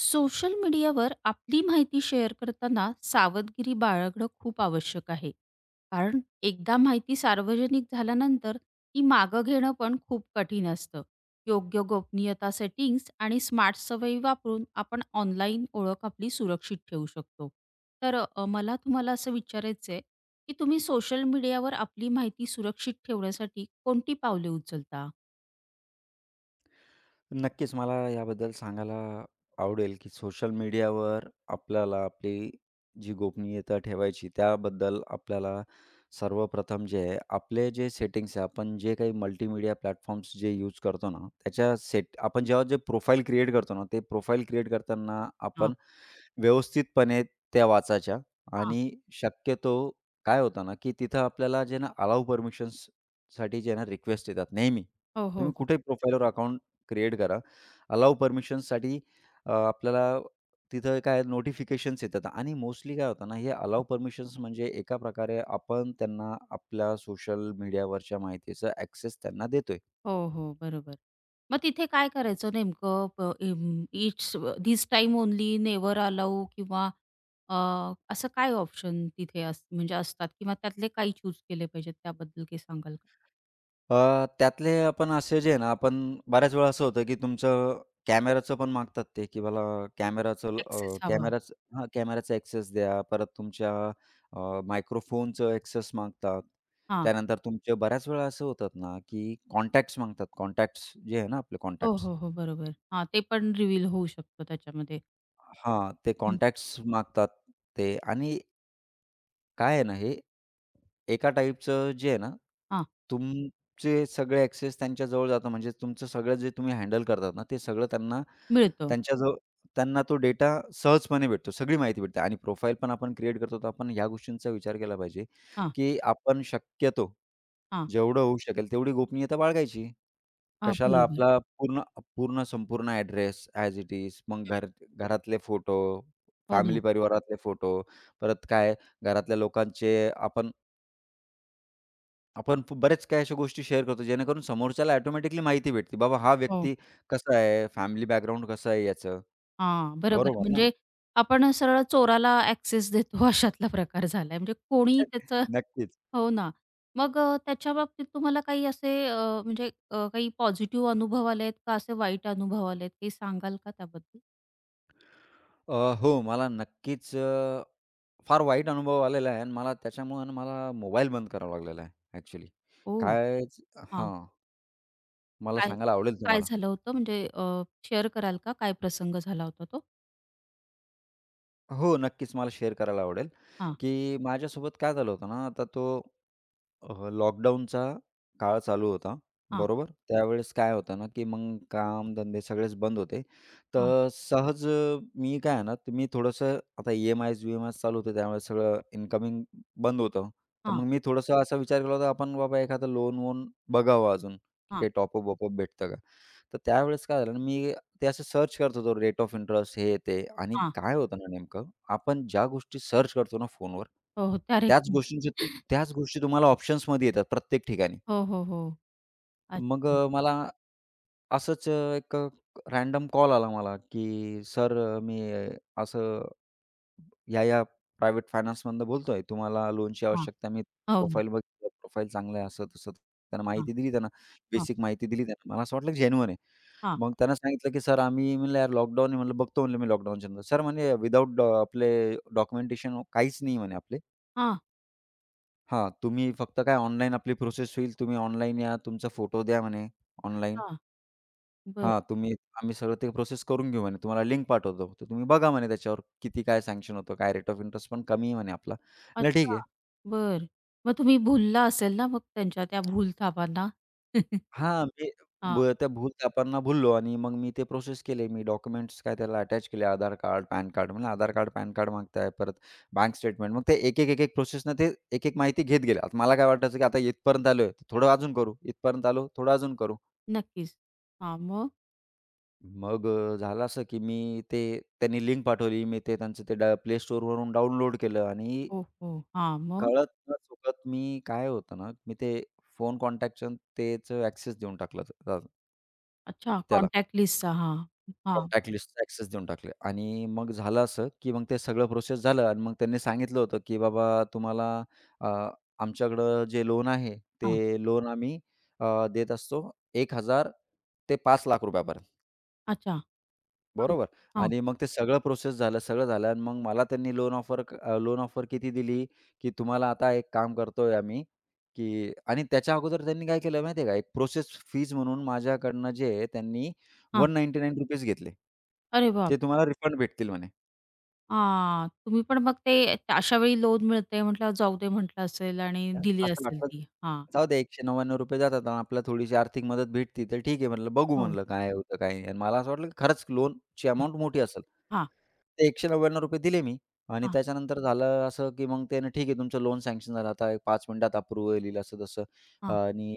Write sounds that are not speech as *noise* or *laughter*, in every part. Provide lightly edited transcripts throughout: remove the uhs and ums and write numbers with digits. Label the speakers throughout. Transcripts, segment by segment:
Speaker 1: Social मीडियावर आपली माहिती शेअर करताना सावधगिरी बाळगणं खूप आवश्यक आहे. कारण एकदा माहिती सार्वजनिक झाल्यानंतर ती मागं घेणं पण खूप कठीण असतं. योग्य गोपनीयता सेटिंग्स आणि स्मार्ट सवयी वापरून आपण ऑनलाईन ओळख आपली सुरक्षित ठेवू शकतो. तर मला तुम्हाला असं विचारायचं आहे, की तुम्ही सोशल मीडियावर आपली माहिती सुरक्षित ठेवण्यासाठी कोणती पावले उचलता?
Speaker 2: नक्कीच मला याबद्दल सांगायला आवडेल, की सोशल मीडियावर आपल्याला आपली जी गोपनीयता ठेवायची त्याबद्दल आपल्याला सर्वप्रथम जे आहे, आपले जे सेटिंग्स आहे, आपण जे काही मल्टीमीडिया प्लॅटफॉर्म्स जे यूज करतो ना, त्याच्या सेट आपण जेव्हा जे प्रोफाईल क्रिएट करतो ना, ते प्रोफाईल क्रिएट करताना
Speaker 1: हां,
Speaker 2: आपण व्यवस्थितपणे त्या वाचायच्या
Speaker 1: हां.
Speaker 2: आणि शक्यतो काय होतं ना, की तिथं आपल्याला जे ना अलाऊ परमिशन्स साठी जे ना रिक्वेस्ट येतात नेहमी.
Speaker 1: हो, हो,
Speaker 2: तुम्ही
Speaker 1: हो.
Speaker 2: कुठेही प्रोफाइलवर अकाउंट क्रिएट करा. अलाऊ परमिशन्ससाठी आपल्याला तिथं काय नोटिफिकेशन्स येतात आणि मोस्टली काय होतं ना, हे
Speaker 1: हं.
Speaker 2: अलाऊ परमिशन्स म्हणजे एका प्रकारे आपण त्यांना आपल्या सोशल मीडियावरच्या माहितीचा ॲक्सेस त्यांना देतोय.
Speaker 1: हो, हो. बरोबर. मग तिथे काय करायचं नेमकं? प इम it's this time only, never allow किंवा अ, असं काय ऑप्शन तिथे म्हणजे असतात किंवा त्यातले काही चूज केले पाहिजेत त्याबद्दल काही सांगाल का?
Speaker 2: त्यातले आपण असे जे आहे ना, आपण बऱ्याच वेळा असं होतं, की तुमचं कॅमेराचं पण मागतात ते, की मला कॅमेराचं अ,
Speaker 1: ॲक्सेस हवा.
Speaker 2: कॅमेराचं हां, कॅमेराचा ॲक्सेस द्या. परत तुमच्या मायक्रोफोनचं ॲक्सेस मागतात.
Speaker 1: हां.
Speaker 2: त्यानंतर तुमचे बऱ्याच वेळा असं होतात ना, की कॉन्टॅक्ट्स मागतात. कॉन्टॅक्ट्स जे आहे ना आपले
Speaker 1: हो,
Speaker 2: कॉन्टॅक्ट्स
Speaker 1: हो, हो. बरोबर. हां, ते पण रिव्हील होऊ शकतं त्याच्यामध्ये.
Speaker 2: हां, ते
Speaker 1: हं.
Speaker 2: कॉन्टॅक्ट्स मागतात ते आणि काय आहे ना हे, एका टाईपचं जे आहे ना,
Speaker 1: हां,
Speaker 2: तुमचे सगळे ॲक्सेस त्यांच्याजवळ जातात. म्हणजे तुमचं सगळं जे तुम्ही हँडल करतात ना, ते सगळं त्यांना
Speaker 1: मिळतं.
Speaker 2: त्यांच्याजवळ त्यांना तो डेटा सहजपणे भेटतो. सगळी माहिती भेटते आणि प्रोफाईल पण आपण क्रिएट करतो, तर आपण ह्या गोष्टींचा विचार केला पाहिजे,
Speaker 1: हां,
Speaker 2: की आपण शक्यतो
Speaker 1: हां.
Speaker 2: जेवढं होऊ शकेल तेवढी गोपनीयता बाळगायची.
Speaker 1: हां,
Speaker 2: कशाला
Speaker 1: बरोबर.
Speaker 2: आपला पूर्ण पूर्ण संपूर्ण ॲड्रेस ॲज इट इज. मग
Speaker 1: हं.
Speaker 2: घरातले फोटो,
Speaker 1: हो ना.
Speaker 2: फॅमिली परिवारातले फोटो, परत काय घरातल्या लोकांचे आपण आपण प- बरेच काही अशा गोष्टी शेअर करतो, जेणेकरून समोरच्याला ऑटोमॅटिकली माहिती भेटते. बाबा हा
Speaker 1: हो.
Speaker 2: व्यक्ती कसा आहे, फॅमिली बॅकग्राऊंड कसं आहे याचं.
Speaker 1: हां, बरोबर.
Speaker 2: बरोबर ना?
Speaker 1: म्हणजे आपण सरळ चोराला ॲक्सेस देतो *laughs* अशातला प्रकार झालाय. म्हणजे कोणी त्याचं
Speaker 2: *laughs* नक्कीच.
Speaker 1: हो ना. मग त्याच्याबाबतीत तुम्हाला काही असे म्हणजे काही पॉझिटिव्ह अनुभव आलेत का असे वाईट अनुभव आलेत? काही सांगाल का त्याबद्दल?
Speaker 2: अ, हो, मला नक्कीच फार वाईट अनुभव आलेला आहे आणि मला त्याच्यामुळे ना मला मोबाईल बंद करावा लागलेला आहे ॲक्चुअली.
Speaker 1: हो.
Speaker 2: काय
Speaker 1: हां.
Speaker 2: हां, मला
Speaker 1: काय
Speaker 2: सांगायला आवडेल
Speaker 1: काय
Speaker 2: तुम्हाला.
Speaker 1: झालं होतं? म्हणजे शेअर कराल का? काय प्रसंग झाला होता तो?
Speaker 2: हो, नक्कीच मला शेअर करायला आवडेल,
Speaker 1: हां,
Speaker 2: की माझ्यासोबत काय झालं होतं ना, आता तो लॉकडाऊनचा काळ चालू होता,
Speaker 1: हां,
Speaker 2: बरोबर? त्यावेळेस काय होतं ना, की मग काम-धंदे सगळेच बंद होते.
Speaker 1: हां,
Speaker 2: तर सहज मी काय आहे ना, तर मी थोडंसं आता ई-एम-आयज-विएमआयज चालू होते, त्यामुळे सगळं इन्कमिंग बंद होतं. तर
Speaker 1: हां,
Speaker 2: मग मी थोडंसं असा विचार केला होता, आपण बाबा एखादं लोन-वोन बघावं अजून, की
Speaker 1: हां,
Speaker 2: काही टॉपअप-वॉपअप भेटतं का? तर त्यावेळेस काय झालं ना, मी ते असं सर्च करत होतो, रेट ऑफ इंटरेस्ट हे ते आणि
Speaker 1: हां.
Speaker 2: काय होतं ना नेमकं, आपण ज्या गोष्टी सर्च करतो ना फोनवर,
Speaker 1: हो, हो. त्या रेख
Speaker 2: त्याच गोष्टींचे त्याच गोष्टी तुम्हाला ऑप्शन्समध्ये येतात प्रत्येक ठिकाणी.
Speaker 1: हो, हो, हो.
Speaker 2: मग
Speaker 1: अच्छा.
Speaker 2: मला असंच एक कॉल आला मला, की "सर मी असं या-या प्रायव्हेट फायनान्समधनं बोलतोय. तुम्हाला लोनची
Speaker 1: हां.
Speaker 2: आवश्यकता." मी
Speaker 1: हो.
Speaker 2: प्रोफाईल बघितलं. प्रोफाईल चांगलं आहे असं-तसं. त्यांना
Speaker 1: हां,
Speaker 2: माहिती दिली त्यांना,
Speaker 1: हां,
Speaker 2: बेसिक माहिती दिली त्यांना. मला असं वाटलं की जेन्युइन आहे.
Speaker 1: हां,
Speaker 2: मग त्यांना सांगितलं की "सर आम्ही" म्हणलं "यार लॉकडाऊन आहे." म्हणलं "बघतो." म्हणलं "मी लॉकडाऊनच्या नंतर." "सर म्हणे विदाऊट आपले डॉक्युमेंटेशन काहीच नाही म्हणे आपले."
Speaker 1: हां.
Speaker 2: हां, तुम्ही फक्त काय ऑनलाईन आपली प्रोसेस होईल. तुम्ही ऑनलाईन या, तुमचा फोटो द्या म्हणे ऑनलाईन.
Speaker 1: अच्छा. बरं.
Speaker 2: हां, तुम्ही आम्ही सगळं ते प्रोसेस करून घेऊ म्हणे. तुम्हाला लिंक पाठवतो. तर तुम्ही बघा म्हणे त्याच्यावर किती काय सँक्शन होतं, काय रेट ऑफ इंटरेस्ट पण कमी आहे म्हणे आपला. म्हटलं ठीक आहे.
Speaker 1: अच्छा. बरं. मग तुम्ही भुलला असेल ना मग त्यांच्या त्या भूलथापांना? *laughs*
Speaker 2: हां, मी
Speaker 1: हां.
Speaker 2: ब त्या भूलथापांना भुललो आणि मग मी ते प्रोसेस केले. मी डॉक्युमेंट्स काय त्याला अटॅच केले आधार कार्ड, पॅन कार्ड. म्हणलं आधार कार्ड, पॅन कार्ड मागताय, परत बँक स्टेटमेंट. मग ते एक-एक, एक-एक प्रोसेसनं ते एक-एक माहिती घेत गेले. आता मला काय वाटायचं की आता इथपर्यंत आलोय, थोडं अजून करू, इथपर्यंत आलो, थोडं अजून करू.
Speaker 1: नक्कीच. हां, मग?
Speaker 2: मग झालं असं की मी ते त्यांनी लिंक पाठवली. मी ते त्यांचं ते Play Storeवरून डाउनलोड केलं आणि
Speaker 1: ओहो! हां, मग?
Speaker 2: कळत न चुकत मी काय होतं ना, मी ते फोन कॉन्टॅक्टचं त्याचं ॲक्सेस देऊन टाकला
Speaker 1: अच्छा,
Speaker 2: त्याला.
Speaker 1: कॉन्टॅक्ट लिस्टचा. हां, हां,
Speaker 2: कॉन्टॅक्ट लिस्टचा ॲक्सेस देऊन टाकले आणि मग झालं असं की मग ते सगळं प्रोसेस झालं आणि मग त्यांनी सांगितलं होतं की "बाबा तुम्हाला अ, आमच्याकडं जे लोन आहे,
Speaker 1: हां.
Speaker 2: ते लोन आम्ही देत असतो 1,000 ते ₹5,00,000 पर्यंत."
Speaker 1: अच्छा, बरं.
Speaker 2: बरोबर
Speaker 1: हां,
Speaker 2: आणि मग ते सगळं प्रोसेस झालं, सगळं झालं आणि मग मला त्यांनी लोन ऑफर किती दिली, की तुम्हाला आता एक काम करतोय आम्ही, की आणि त्याच्या अगोदर त्यांनी काय केलं माहिती आहे का? एक प्रोसेस फीज म्हणून माझ्याकडनं जे आहे त्यांनी
Speaker 1: हां.
Speaker 2: ₹199 घेतले.
Speaker 1: अरे
Speaker 2: ते
Speaker 1: बापरे!
Speaker 2: तुम्हाला रिफंड भेटतील म्हणे.
Speaker 1: हां, तुम्ही पण मग ते अशा वेळी लोन मिळते म्हटल्यावर जाऊ दे म्हटलं असेल आणि
Speaker 2: अच्छा.
Speaker 1: दिली
Speaker 2: असं
Speaker 1: असेल
Speaker 2: वाटलं,
Speaker 1: ती. हां,
Speaker 2: जाऊ दे ₹199 जातात आणि आपल्याला थोडीशी आर्थिक मदत भेटती, तर ठीक आहे म्हटलं, बघू
Speaker 1: हो.
Speaker 2: म्हणलं काय होतं काय नाही आणि मला असं वाटलं की खरंच लोनची
Speaker 1: हां,
Speaker 2: अमाउंट मोठी असेल.
Speaker 1: हां,
Speaker 2: ते ₹199 दिले मी आणि
Speaker 1: हां,
Speaker 2: त्याच्यानंतर झालं असं, की मग त्यानं ठीक आहे तुमचं लोन सँक्शन झालं. आता 5 मिनिटात अप्रूव्हल येईल असं-तसं.
Speaker 1: हां,
Speaker 2: आणि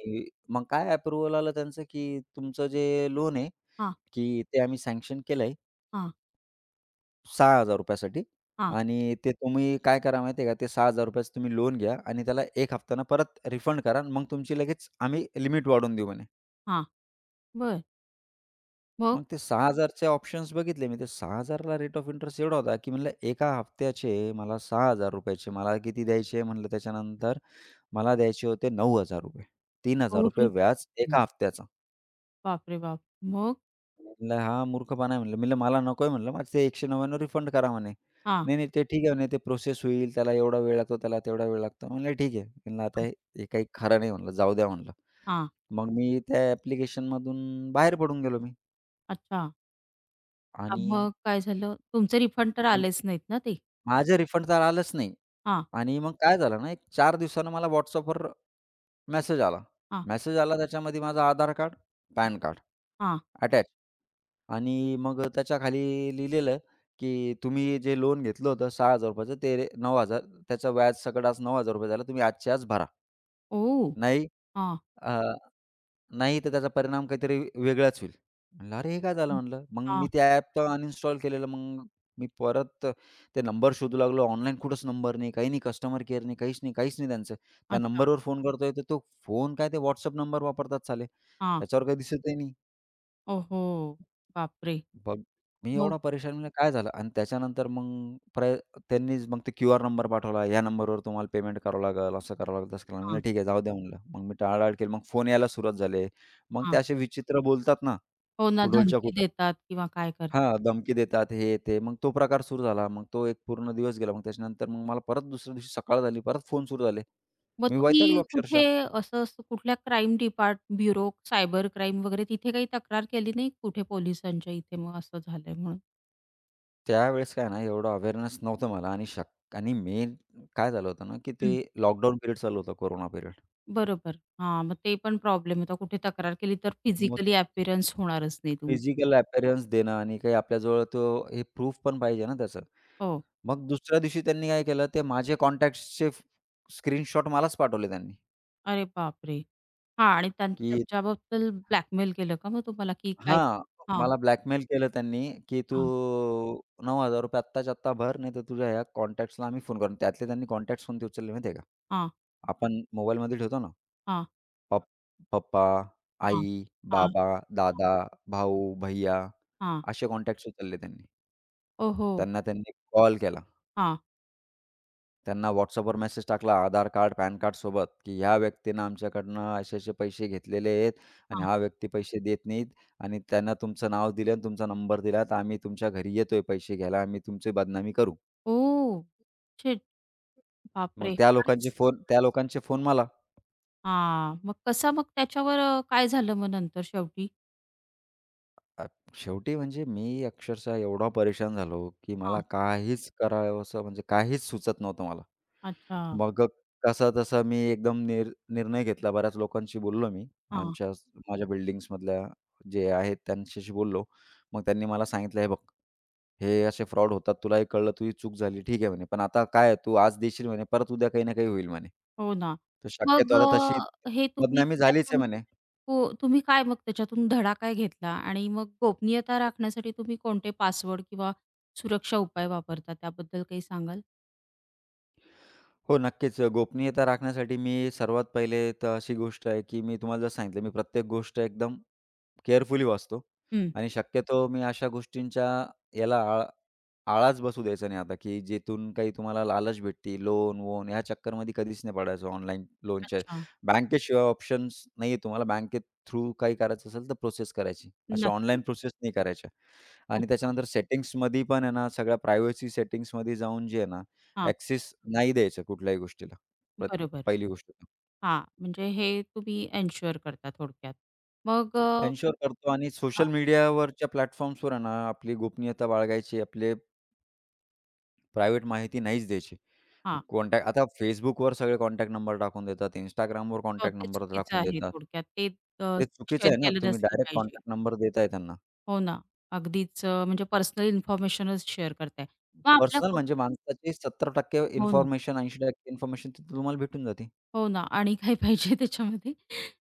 Speaker 2: मग काय अप्रूव्हल आलं त्यांचं, की तुमचं जे लोन आहे,
Speaker 1: हां,
Speaker 2: की ते आम्ही सँक्शन केलं आहे
Speaker 1: हां,
Speaker 2: ₹6,000 साठी
Speaker 1: हां,
Speaker 2: आणि ते तुम्ही काय करा माहिती आहे का, ते ₹6,000 तुम्ही लोन घ्या आणि त्याला 1 हफ्त्यानं परत रिफंड करा मग तुमची लगेच आम्ही लिमिट वाढवून देऊ म्हणे.
Speaker 1: हां. मग?
Speaker 2: मग ते 6,000 चे ऑप्शन्स बघितले मी. ते 6,000 ला रेट ऑफ इंटरेस्ट एवढा होता, की म्हणलं एका हप्त्याचे मला ₹6,000 चे मला किती द्यायचे म्हणलं त्याच्यानंतर मला द्यायचे होते ₹9,000 ₹3,000
Speaker 1: अरे
Speaker 2: व्याज एका हप्त्याचा.
Speaker 1: बापरे बाप! मग?
Speaker 2: म्हणलं हा मूर्खपणा आहे म्हणलं. म्हणलं मला नको आहे म्हणलं माझे ते 190 रिफंड करा म्हणे.
Speaker 1: हां,
Speaker 2: नाही, नाही ते ठीक आहे म्हणे ते प्रोसेस होईल, त्याला एवढा वेळ लागतो, त्याला तेवढा वेळ लागतो. म्हणलं ठीक आहे. म्हणलं आता
Speaker 1: हां,
Speaker 2: हे हे काही खरं नाही म्हणलं, जाऊ द्या म्हणलं.
Speaker 1: हां.
Speaker 2: मग मी त्या ॲप्लिकेशनमधून बाहेर पडून गेलो मी
Speaker 1: अच्छा. हां,
Speaker 2: आणि
Speaker 1: मग काय झालं? तुमचे रिफंड तर आलेच नाहीत ना ते?
Speaker 2: माझं रिफंड तर आलंच नाही
Speaker 1: हां,
Speaker 2: आणि मग काय झालं ना, एक 4 दिवसानं मला WhatsAppवर मेसेज आला.
Speaker 1: हां,
Speaker 2: मेसेज आला त्याच्यामध्ये माझं आधार कार्ड, पॅन कार्ड
Speaker 1: हां.
Speaker 2: अटॅच आणि मग त्याच्याखाली लिहिलेलं, की "तुम्ही जे लोन घेतलं होतं ₹6,000 ते 9,000 त्याचं व्याज सकट आज ₹9,000 झालं. तुम्ही आजच्या आज भरा."
Speaker 1: ओह!
Speaker 2: नाही
Speaker 1: हां.
Speaker 2: नाही, तर त्याचा परिणाम काहीतरी वेगळाच होईल. म्हणलं, "अरे, हे काय झालं?"
Speaker 1: हं.
Speaker 2: म्हणलं. मग मी
Speaker 1: हां,
Speaker 2: ते ॲप तर अनइन्स्टॉल केलेलं. मग मी परत ते नंबर शोधू लागलो. ऑनलाईन कुठंच नंबर नाही, काही नाही, कस्टमर केअर नाही, काहीच नाही, काहीच नाही त्यांचं. त्या
Speaker 1: अच्छा.
Speaker 2: नंबरवर फोन करतोय, तर तो फोन काय ते WhatsApp नंबर वापरतात साले.
Speaker 1: हां.
Speaker 2: त्याच्यावर काही दिसतही नाही.
Speaker 1: ओहो! बापरे!
Speaker 2: मग मी
Speaker 1: मग.
Speaker 2: एवढा परेशान म्हणलं, "काय झालं?" आणि त्याच्यानंतर मग प्रय त्यांनीच मग ते क्यूआर नंबर पाठवला. "या नंबरवर तुम्हाला पेमेंट करावं लागेल, असं करावं लागेल, तसं करावं लागेल."
Speaker 1: हां,
Speaker 2: म्हणलं, "ठीक आहे, जाऊ द्या." म्हणलं. मग मी टाळाटाळ केली. मग फोन यायला सुरुवात झाली. मग ते
Speaker 1: हां.
Speaker 2: असे विचित्र बोलतात ना
Speaker 1: हो ना,
Speaker 2: कुडोलच्या
Speaker 1: धमकी
Speaker 2: कुठं
Speaker 1: देतात किंवा काय करतात.
Speaker 2: हां, धमकी देतात हे ते. मग तो प्रकार सुरू झाला. मग तो एक पूर्ण दिवस गेला. मग त्याच्यानंतर मग मला परत दुसऱ्या दिवशी सकाळ झाली. परत फोन सुरू झाले.
Speaker 1: मग
Speaker 2: मी वैतागलो
Speaker 1: तुम्ही
Speaker 2: अक्षरशः.
Speaker 1: कुठे असं असं कुठल्या crime depart bureau, cyber crime वगैरे तिथे काही तक्रार केली नाही कुठे पोलिसांच्या इथे मग असं झालंय म्हणून?
Speaker 2: त्यावेळेस काय ना एवढं अवेअरनेस नव्हतं मला आणि शक आणि मेन काय झालं होतं ना, की ते
Speaker 1: हं.
Speaker 2: लॉकडाऊन पिरियड चालू होता, कोरोना पिरियड.
Speaker 1: बरोबर. हां, मग ते पण प्रॉब्लेम होता. कुठे तक्रार केली तर
Speaker 2: मग
Speaker 1: फिजिकली अपीअरन्स होणारच नाही तुमचा.
Speaker 2: फिजिकल अपीअरन्स देणं आणि काही आपल्याजवळ हे प्रूफ पण पाहिजे ना त्याचं.
Speaker 1: हो.
Speaker 2: मग दुसऱ्या दिवशी त्यांनी काय केलं, ते माझे कॉन्टॅक्ट्सचे स्क्रीनशॉट मलाच पाठवले त्यांनी,
Speaker 1: अरे बापरे! हां आणि
Speaker 2: की
Speaker 1: त्याच्याबद्दल ब्लॅकमेल केलं का मग तुम्हाला की काय?
Speaker 2: हां,
Speaker 1: हां,
Speaker 2: मला ब्लॅकमेल केलं त्यांनी, की "तू
Speaker 1: हां,
Speaker 2: ₹9,000 आत्ताच्या आत्ता भर, नाहीतर तुझ्या ह्या कॉन्टॅक्ट्सला आम्ही फोन करू." त्यातले त्यांनी कॉन्टॅक्ट्स कोणते उचलले माहिती आहे का?
Speaker 1: हां,
Speaker 2: आपण मोबाईलमध्ये ठेवतो ना,
Speaker 1: हां.
Speaker 2: पप पप्पा,
Speaker 1: हां,
Speaker 2: आई,
Speaker 1: हां,
Speaker 2: बाबा, दादा, भाऊ, भैय्या
Speaker 1: हां.
Speaker 2: असे कॉन्टॅक्ट्स उचलले त्यांनी.
Speaker 1: ओहो!
Speaker 2: त्यांना त्यांनी कॉल केला.
Speaker 1: हां,
Speaker 2: त्यांना WhatsAppवर मेसेज टाकला आधार कार्ड, पॅन कार्डसोबत, की ह्या व्यक्तीनं आमच्याकडनं असे-असे पैसे घेतलेले आहेत आणि
Speaker 1: हां.
Speaker 2: हा व्यक्ती पैसे देत नाहीत आणि त्यांना तुमचं नाव दिलं आणि तुमचा नंबर दिला, तर आम्ही तुमच्या घरी येतोय पैसे घ्यायला, आम्ही तुमची बदनामी करू.
Speaker 1: ओह! शिट!
Speaker 2: मग
Speaker 1: बापरे!
Speaker 2: त्या लोकांचे
Speaker 1: खरंच.
Speaker 2: फोन त्या लोकांचे फोन मला.
Speaker 1: हां, मग कसा मग त्याच्यावर काय झालं मग नंतर शेवटी?
Speaker 2: अ, शेवटी म्हणजे मी अक्षरशः एवढा परेशान झालो, की मला
Speaker 1: हां,
Speaker 2: काहीच करावसं म्हणजे काहीच सुचत नव्हतं मला.
Speaker 1: अच्छा.
Speaker 2: मग कसा-तसा मी एकदम निर्णय घेतला. बऱ्याच लोकांशी बोललो मी.
Speaker 1: हां,
Speaker 2: आमच्या माझ्या बिल्डिंग्समधल्या जे आहेत त्यांच्याशी बोललो. मग त्यांनी मला सांगितलं, "हे बघ, हे असे फ्रॉड होतात. तुलाही कळलं, तुझी चूक झाली. ठीक आहे," म्हणे, "पण आता काय आहे, तू आज देशील म्हणे, परत उद्या काही ना काही होईल," म्हणे.
Speaker 1: हो ना.
Speaker 2: "तर
Speaker 1: मग
Speaker 2: शक्यतो आता तशी
Speaker 1: हे तुम्ही
Speaker 2: बदनामी झालीच आहे,"
Speaker 1: त्यातून
Speaker 2: म्हणे.
Speaker 1: हो, तुम्ही काय मग त्याच्यातून धडा काय घेतला आणि मग गोपनीयता राखण्यासाठी तुम्ही कोणते पासवर्ड किंवा सुरक्षा उपाय वापरता त्याबद्दल काही सांगाल?
Speaker 2: हो, नक्कीच. गोपनीयता राखण्यासाठी मी सर्वात पहिले तर अशी गोष्ट आहे, की मी तुम्हाला जसं सांगितलं, मी प्रत्येक गोष्ट एकदम केअरफुली वाचतो
Speaker 1: हं,
Speaker 2: आणि शक्यतो मी अशा गोष्टींच्या याला आळ आळाच बसू द्यायचा नाही आता, की जिथून काही तुम्हाला लालच भेटते, लोन-वोन ह्या चक्करमध्ये कधीच नाही पडायचं ऑनलाईन लोनच्या.
Speaker 1: अच्छा.
Speaker 2: बँकेशिवाय ऑप्शन्स नाही आहे तुम्हाला. बँकेत थ्रू काही करायचं असेल तर प्रोसेस करायची. अशा
Speaker 1: नक्कीच.
Speaker 2: ऑनलाईन प्रोसेस नाही करायच्या. आणि
Speaker 1: अच्छा.
Speaker 2: त्याच्यानंतर सेटिंग्समध्ये पण आहे ना, सगळ्या प्रायव्हसी सेटिंग्समध्ये जाऊन जे आहे ना,
Speaker 1: हां,
Speaker 2: ॲक्सेस नाही द्यायचा कुठल्याही गोष्टीला. प्रत
Speaker 1: बरोबर.
Speaker 2: पहिली गोष्ट.
Speaker 1: हां, म्हणजे हे तुम्ही एन्शुअर करता थोडक्यात. मग
Speaker 2: एन्शुअर करतो आणि
Speaker 1: हां,
Speaker 2: सोशल मीडियावरच्या प्लॅटफॉर्म्सवर आहे ना, आपली गोपनीयता बाळगायची, आपले प्रायव्हेट माहिती नाहीच द्यायची.
Speaker 1: हां.
Speaker 2: कॉन्टॅक्ट आता Facebookवर सगळे कॉन्टॅक्ट नंबर टाकून देतात, Instagramवर
Speaker 1: हो,
Speaker 2: कॉन्टॅक्ट
Speaker 1: ते
Speaker 2: नंबर
Speaker 1: चुकीचं
Speaker 2: टाकून
Speaker 1: आहे
Speaker 2: देतात.
Speaker 1: थोडक्यात. ते
Speaker 2: ते चुकीचं
Speaker 1: शेअर
Speaker 2: आहे ना,
Speaker 1: केलं
Speaker 2: तुम्ही
Speaker 1: नसलं
Speaker 2: डायरेक्ट
Speaker 1: पाहिजे.
Speaker 2: कॉन्टॅक्ट नंबर देताय त्यांना.
Speaker 1: हो ना. अगदीच म्हणजे पर्सनल इन्फॉर्मेशनच शेअर करताय. मग आपल्या
Speaker 2: पर्सनल
Speaker 1: कुट
Speaker 2: म्हणजे माणसाची 70%
Speaker 1: हो ना,
Speaker 2: इन्फॉर्मेशन, 80% इन्फॉर्मेशन तिथे तुम्हाला भेटून जाते.
Speaker 1: हो ना. आणि काय पाहिजे त्याच्यामध्ये?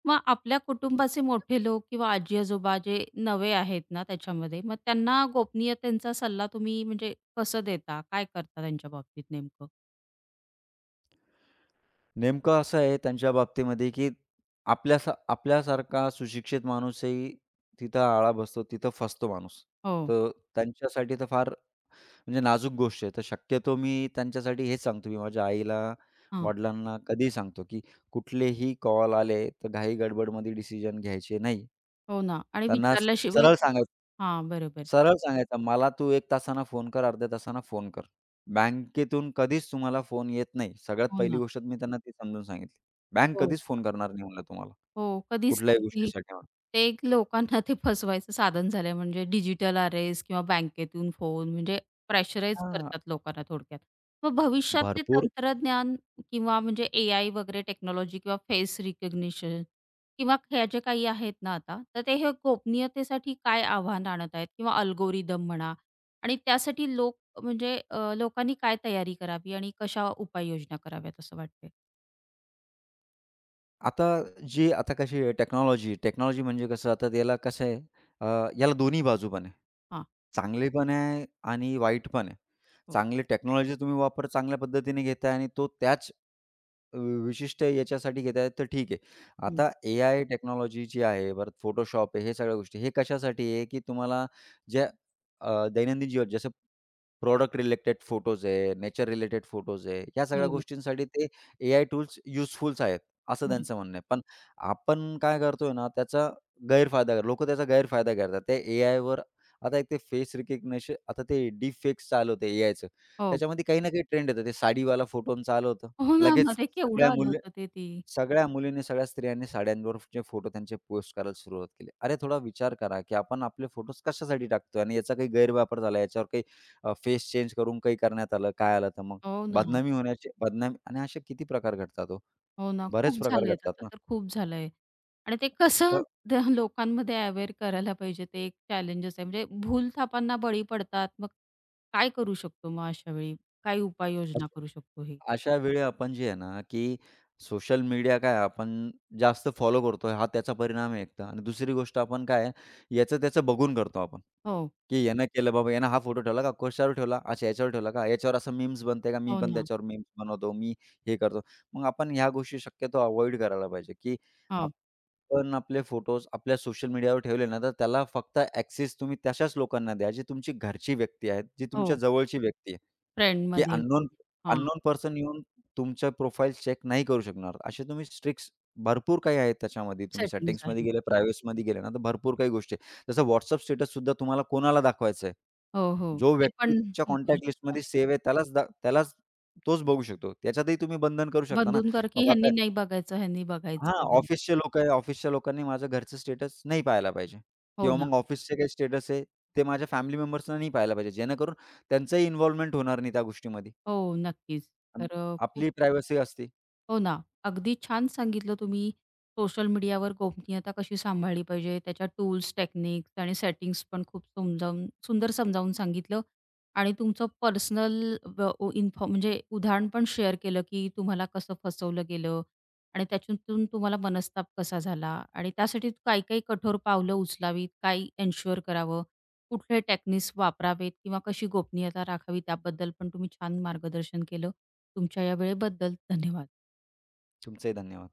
Speaker 1: मग आपल्या कुटुंबाचे मोठे लोक किंवा आजी-आजोबा जे नवे आहेत ना त्याच्यामध्ये, मग त्यांना गोपनीयतेचा सल्ला तुम्ही म्हणजे कसं देता? काय करता त्यांच्या बाबतीत नेमकं?
Speaker 2: नेमकं असं आहे त्यांच्या बाबतीमध्ये, की आपल्यासारखा सुशिक्षित माणूसही तिथं आळा बसतो, तिथं फसतो माणूस.
Speaker 1: हो.
Speaker 2: तर त्यांच्यासाठी तर फार म्हणजे नाजूक गोष्ट आहे. तर शक्यतो मी त्यांच्यासाठी हेच सांगतो, की माझ्या आईला,
Speaker 1: हां.
Speaker 2: वडिलांना कधीही सांगतो, की कुठलेही कॉल आले, तर घाई गडबडमध्ये डिसिजन घ्यायचे नाही.
Speaker 1: हो ना आणि
Speaker 2: त्यांना स
Speaker 1: विचारल्याशिवाय
Speaker 2: सरळ
Speaker 1: किंवा
Speaker 2: सांगायचं.
Speaker 1: हां, बरोबर.
Speaker 2: सरळ सांगायचं, "मला तू 1 तासानं फोन कर, अर्ध्या तासाना फोन कर. बँकेतून कधीच तुम्हाला फोन येत नाही." सगळ्यात
Speaker 1: हो
Speaker 2: पहिली
Speaker 1: ना.
Speaker 2: गोष्ट मी त्यांना ती समजून सांगितली. बँक
Speaker 1: हो,
Speaker 2: कधीच फोन करणार नाही म्हणलं तुम्हाला,
Speaker 1: हो, कधीच
Speaker 2: कुठल्याही
Speaker 1: नाही ती.
Speaker 2: गोष्टीसाठी म्हणून.
Speaker 1: ते एक लोकांना ते फसवायचं साधन झालंय म्हणजे डिजिटल आर-एस किंवा बँकेतून फोन म्हणजे प्रेशराईज करतात लोकांना थोडक्यात. मग भविष्यातले
Speaker 2: भरपूर
Speaker 1: तंत्रज्ञान किंवा म्हणजे एआय वगैरे टेक्नॉलॉजी किंवा फेस रिकग्निशन किंवा ह्या जे काही आहेत ना आता, तर ते हे गोपनीयतेसाठी काय आव्हान आणत आहेत किंवा अल्गोरिदम म्हणा आणि त्यासाठी लोक म्हणजे लोकांनी काय तयारी करावी आणि कशा उपाययोजना कराव्यात असं वाटतंय?
Speaker 2: आता जी आता कशी आहे टेक्नॉलॉजी, म्हणजे कसं आता याला कसं आहे याला दोन्ही बाजू पण आहे.
Speaker 1: हां,
Speaker 2: चांगली पण आहे आणि वाईट पण आहे.
Speaker 1: हो.
Speaker 2: चांगली टेक्नॉलॉजी तुम्ही वापर चांगल्या पद्धतीने घेताय आणि तो त्याच विशिष्ट याच्यासाठी घेताय तर ठीक आहे.
Speaker 1: हं.
Speaker 2: आता एआय टेक्नॉलॉजी जी आहे, परत Photoshop आहे, हे सगळ्या गोष्टी हे कशासाठी आहे, की तुम्हाला ज्या दैनंदिन जीवन जसं प्रॉडक्ट रिलेटेड फोटोज आहे, नेचर रिलेटेड फोटोज आहे, या सगळ्या
Speaker 1: बरोबर,
Speaker 2: गोष्टींसाठी ते एआय टूल्स युजफुल्स आहेत. असं
Speaker 1: बरोबर.
Speaker 2: त्यांचं म्हणणं आहे. पण आपण काय करतोय ना, त्याचा गैरफायदा लोकं त्याचा गैरफायदा घेतात. ते एआयवर आता एक ते फेस रिकग्निशन आता ते डीप फेक्स चालू होतं एआयचं.
Speaker 1: हो.
Speaker 2: त्याच्यामध्ये काही ना काही ट्रेंड येतं. ते साडीवाला फोटो चालू होतं.
Speaker 1: हो ना,
Speaker 2: लगेच
Speaker 1: मध्ये केवढं
Speaker 2: सगळ्या
Speaker 1: आलं
Speaker 2: मुली
Speaker 1: होतं ते ती.
Speaker 2: सगळ्या मुलींनी, सगळ्या स्त्रियांनी साड्यांवरचे फोटो त्यांचे पोस्ट करायला सुरुवात केली. अरे थोडा विचार करा, की आपण आपले फोटोज कशासाठी टाकतोय आणि याचा काही गैरवापर झाला. याच्यावर काही फेस चेंज करून काही करण्यात आलं, काय आलं तर मग
Speaker 1: हो ना,
Speaker 2: बदनामी आणि असे किती प्रकार घडतात हो.
Speaker 1: हो ना.
Speaker 2: बरेच
Speaker 1: खूप
Speaker 2: प्रकार
Speaker 1: झालंय
Speaker 2: घडतात
Speaker 1: आता
Speaker 2: ना.
Speaker 1: तर खूप झालंय. आणि ते कसं
Speaker 2: तर
Speaker 1: लोकांमध्ये अवेअर करायला पाहिजे ते एक चॅलेंजच आहे. म्हणजे भूलथापांना बळी पडतात. मग काय करू शकतो मग अशा वेळी? काय उपाययोजना
Speaker 2: अशा
Speaker 1: करू शकतो हे?
Speaker 2: अशा वेळी आपण जे आहे ना, की सोशल मीडिया काय आपण जास्त फॉलो करतोय हा त्याचा परिणाम आहे एकतर आणि दुसरी गोष्ट आपण काय आहे याचं त्याचं बघून करतो आपण,
Speaker 1: हो,
Speaker 2: की यानं केलं बाबा यानं हा फोटो ठेवला का कशावर ठेवला? अच्छा याच्यावर ठेवला का? याच्यावर असं मीम्स बनते का? मी
Speaker 1: हो
Speaker 2: पण
Speaker 1: ना.
Speaker 2: त्याच्यावर मीम्स बनवतो, मी हे करतो. मग आपण ह्या गोष्टी शक्यतो अव्हॉइड करायला पाहिजे, की
Speaker 1: हो,
Speaker 2: आपण आपले फोटोज आपल्या सोशल मीडियावर ठेवले ना, तर त्याला फक्त ॲक्सेस तुम्ही तशाच लोकांना द्या, जे तुमची घरची व्यक्ती आहेत, जी तुमच्या
Speaker 1: हो.
Speaker 2: जवळची व्यक्ती आहे. की
Speaker 1: फ्रेंडमध्ये कोण
Speaker 2: अननोन
Speaker 1: हां,
Speaker 2: अननोन पर्सन येऊन तुमच्या प्रोफाईल चेक नाही करू शकणार. असे तुम्ही ट्रिक्स भरपूर काही आहेत त्याच्यामध्ये. तुम्ही
Speaker 1: सेटिंग्ज
Speaker 2: सेटिंग्समध्ये
Speaker 1: आहे.
Speaker 2: गेले, प्रायव्हेसीमध्ये गेले ना, तर भरपूर काही गोष्टी आहेत. जसं WhatsApp स्टेटस सुद्धा तुम्हाला कोणाला दाखवायचं आहे.
Speaker 1: हो, हो.
Speaker 2: जो
Speaker 1: ते
Speaker 2: व्यक्ती
Speaker 1: पण
Speaker 2: तुमच्या
Speaker 1: हे करू
Speaker 2: कॉन्टॅक्ट
Speaker 1: शकता.
Speaker 2: लिस्टमध्ये सेव्ह आहे त्यालाच तोच बघू शकतो. त्याच्यातही तुम्ही बंधन करू शकता ना.
Speaker 1: बंधूंकर की
Speaker 2: बाबा आता
Speaker 1: ह्यांनी नाही बघायचं, ह्यांनी
Speaker 2: हां,
Speaker 1: बघायचं वगैरे.
Speaker 2: ऑफिसचे लोकं आहे, ऑफिसच्या लोकांनी माझ्या घरचे स्टेटस नाही पाहायला पाहिजे
Speaker 1: हो
Speaker 2: किंवा
Speaker 1: ना.
Speaker 2: मग ऑफिसचे काही स्टेटस आहे, ते माझ्या फॅमिली मेंबर्सना नाही पाहायला पाहिजे. जेणेकरून त्यांचंही इन्व्हॉल्वमेंट होणार नाही त्या गोष्टीमध्ये.
Speaker 1: हो, नक्कीच.
Speaker 2: अन्
Speaker 1: तर
Speaker 2: आपली प्रायव्हसी असते.
Speaker 1: हो ना. अगदी छान सांगितलं तुम्ही. सोशल मीडियावर गोपनीयता कशी सांभाळली पाहिजे, त्याच्या टूल्स, टेक्निक्स आणि सेटिंग्स पण खूप समजावून सुंदर समजावून सांगितलं आणि तुमचं पर्सनल व उ इन्फॉ म्हणजे उदाहरण पण शेअर केलं, की तुम्हाला कसं फसवलं गेलं आणि त्याच्यातून तुम्हाला मनस्ताप कसा झाला आणि त्यासाठी काही-काही कठोर पावलं उचलावीत, काय एन्शुअर करावं, कुठले टेक्निक्स वापरावेत किंवा कशी गोपनीयता राखावी त्याबद्दल पण तुम्ही छान मार्गदर्शन केलं. तुमच्या या वेळेबद्दल धन्यवाद.
Speaker 2: तुमचंही धन्यवाद.